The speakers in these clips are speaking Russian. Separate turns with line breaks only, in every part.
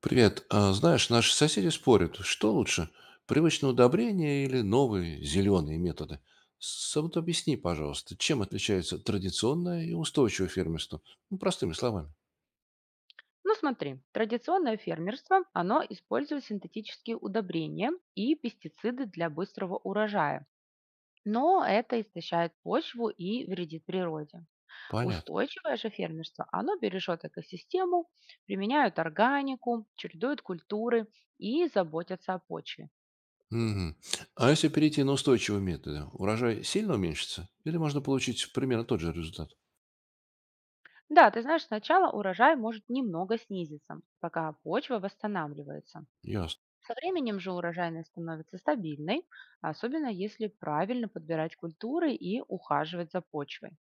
Привет. А, знаешь, наши соседи спорят, что лучше, привычные удобрения или новые зеленые методы. А вот объясни, пожалуйста, чем отличается традиционное и устойчивое фермерство? Ну, простыми словами.
Ну смотри, традиционное фермерство, оно использует синтетические удобрения и пестициды для быстрого урожая. Но это истощает почву и вредит природе.
Понятно.
Устойчивое же фермерство, оно бережет экосистему, применяют органику, чередуют культуры и заботятся о почве.
Мгм. А если перейти на устойчивые методы, урожай сильно уменьшится? Или можно получить примерно тот же результат?
Да, ты знаешь, сначала урожай может немного снизиться, пока почва восстанавливается.
Ясно.
Со временем же урожайность становится стабильной, особенно если правильно подбирать культуры и ухаживать за почвой.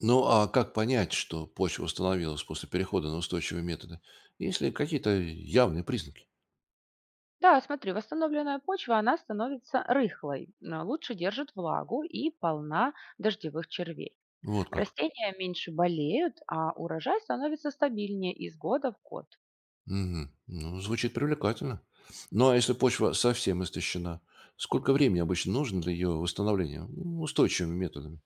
Ну, а как понять, что почва восстановилась после перехода на устойчивые методы? Есть ли какие-то явные признаки?
Да, смотри, восстановленная почва, она становится рыхлой, но лучше держит влагу и полна дождевых червей.
Вот как.
Растения меньше болеют, а урожай становится стабильнее из года в год.
Мгм. Ну, звучит привлекательно. Ну, а если почва совсем истощена, сколько времени обычно нужно для ее восстановления устойчивыми методами?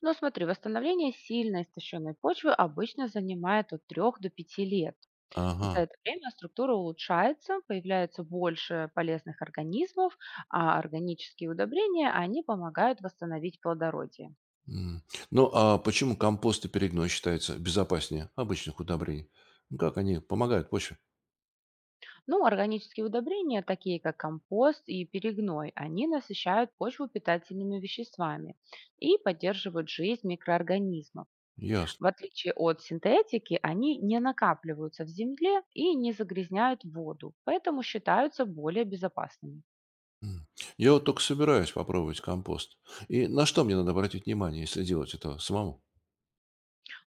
Но смотри, восстановление сильно истощенной почвы обычно занимает от 3 до пяти лет.
Ага.
За это время структура улучшается, появляется больше полезных организмов, а органические удобрения, они помогают восстановить плодородие.
М. Ну, а почему компост и перегной считаются безопаснее обычных удобрений? Ну, как они помогают почве?
Ну, органические удобрения, такие как компост и перегной, они насыщают почву питательными веществами и поддерживают жизнь микроорганизмов.
Ясно.
В отличие от синтетики, они не накапливаются в земле и не загрязняют воду, поэтому считаются более безопасными.
М. Я вот только собираюсь попробовать компост. И на что мне надо обратить внимание, если делать это самому?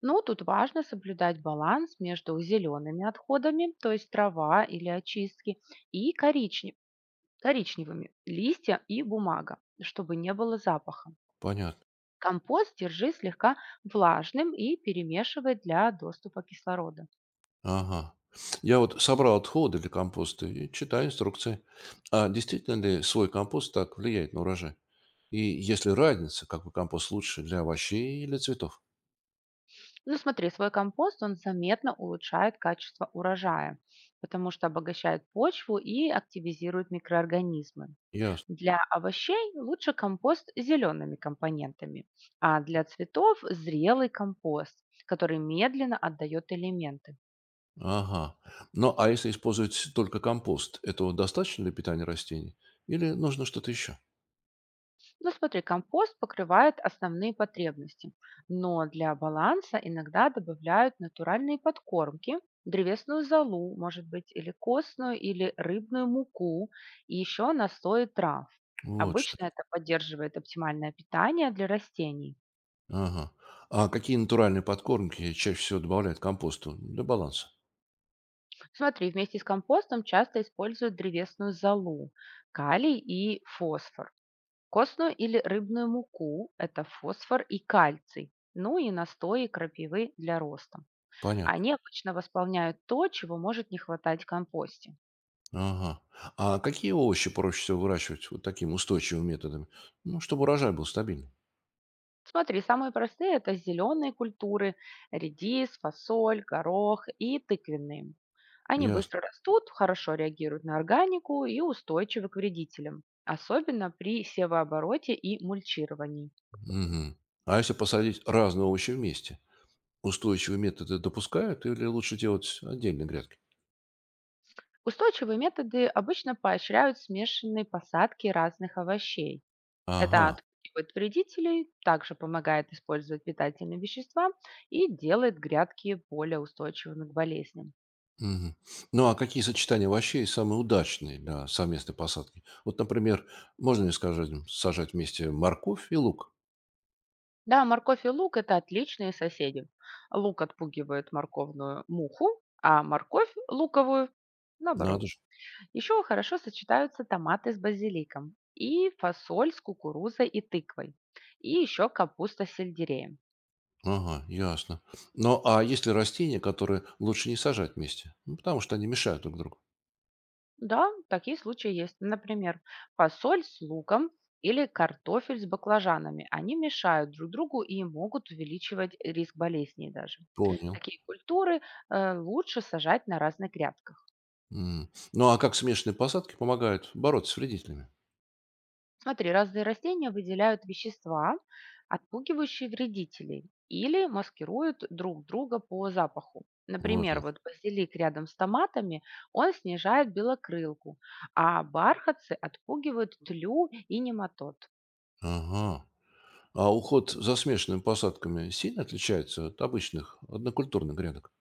Ну, тут важно соблюдать баланс между зелеными отходами, то есть трава или очистки, и коричневыми — листья и бумага, чтобы не было запаха.
Понятно.
Компост держи слегка влажным и перемешивай для доступа кислорода.
Ага. Я вот собрал отходы для компоста и читаю инструкции. А действительно ли свой компост так влияет на урожай? И если разница, какой компост лучше для овощей или цветов?
Ну, смотри, свой компост, он заметно улучшает качество урожая, потому что обогащает почву и активизирует микроорганизмы.
Ясно.
Для овощей лучше компост с зелеными компонентами, а для цветов — зрелый компост, который медленно отдает элементы.
Ага. Ну, а если использовать только компост, этого достаточно для питания растений? Или нужно что-то еще?
Ну, смотри, компост покрывает основные потребности, но для баланса иногда добавляют натуральные подкормки, древесную золу, может быть, или костную, или рыбную муку, и еще настои трав.
Вот что.
Обычно это поддерживает оптимальное питание для растений.
Ага. А какие натуральные подкормки чаще всего добавляют к компосту для баланса?
Смотри, вместе с компостом часто используют древесную золу, калий и фосфор. Костную или рыбную муку — это фосфор и кальций. Ну и настои крапивы для роста.
Понятно.
Они обычно восполняют то, чего может не хватать в компосте.
Ага. А какие овощи проще всего выращивать вот такими устойчивыми методами? Ну, чтобы урожай был стабильный.
Смотри, самые простые — это зеленые культуры — редис, фасоль, горох и тыквенные. Они
Ясно.
быстро растут, хорошо реагируют на органику и устойчивы к вредителям, особенно при севообороте и мульчировании.
Мгм. А если посадить разные овощи вместе? Устойчивые методы допускают или лучше делать отдельные грядки?
Устойчивые методы обычно поощряют смешанные посадки разных овощей.
Ага.
Это отпугивает вредителей, также помогает использовать питательные вещества и делает грядки более устойчивыми к болезням.
Мгм. Ну, а какие сочетания овощей самые удачные для совместной посадки? Вот, например, можно ли, скажем, сажать вместе морковь и лук?
Да, морковь и лук — это отличные соседи. Лук отпугивает морковную муху, а морковь — луковую, наоборот.
Надо же.
Еще хорошо сочетаются томаты с базиликом и фасоль с кукурузой и тыквой, и еще капуста с сельдереем.
Ага, ясно. Ну, а есть ли растения, которые лучше не сажать вместе? Ну, потому что они мешают друг другу.
Да, такие случаи есть. Например, фасоль с луком или картофель с баклажанами. Они мешают друг другу и могут увеличивать риск болезней даже.
Понял.
Такие культуры лучше сажать на разных грядках.
М. Ну, а как смешанные посадки помогают бороться с вредителями?
Смотри, разные растения выделяют вещества, отпугивающие вредителей или маскируют друг друга по запаху.
Вот
Например,
оно.
вот базилик рядом с томатами, он снижает белокрылку, а бархатцы отпугивают тлю и нематод.
Ага. А уход за смешанными посадками сильно отличается от обычных однокультурных грядок?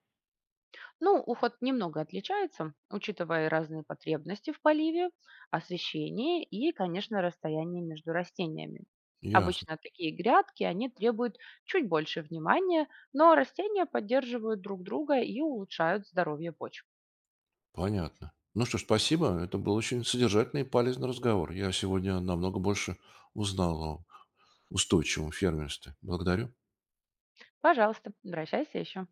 Ну, уход немного отличается, учитывая разные потребности в поливе, освещение и, конечно, расстояние между растениями.
Ясно.
Обычно такие грядки, они требуют чуть больше внимания, но растения поддерживают друг друга и улучшают здоровье почв.
Понятно. Ну что ж, спасибо. Это был очень содержательный и полезный разговор. Я сегодня намного больше узнал о устойчивом фермерстве. Благодарю.
Пожалуйста, обращайся еще.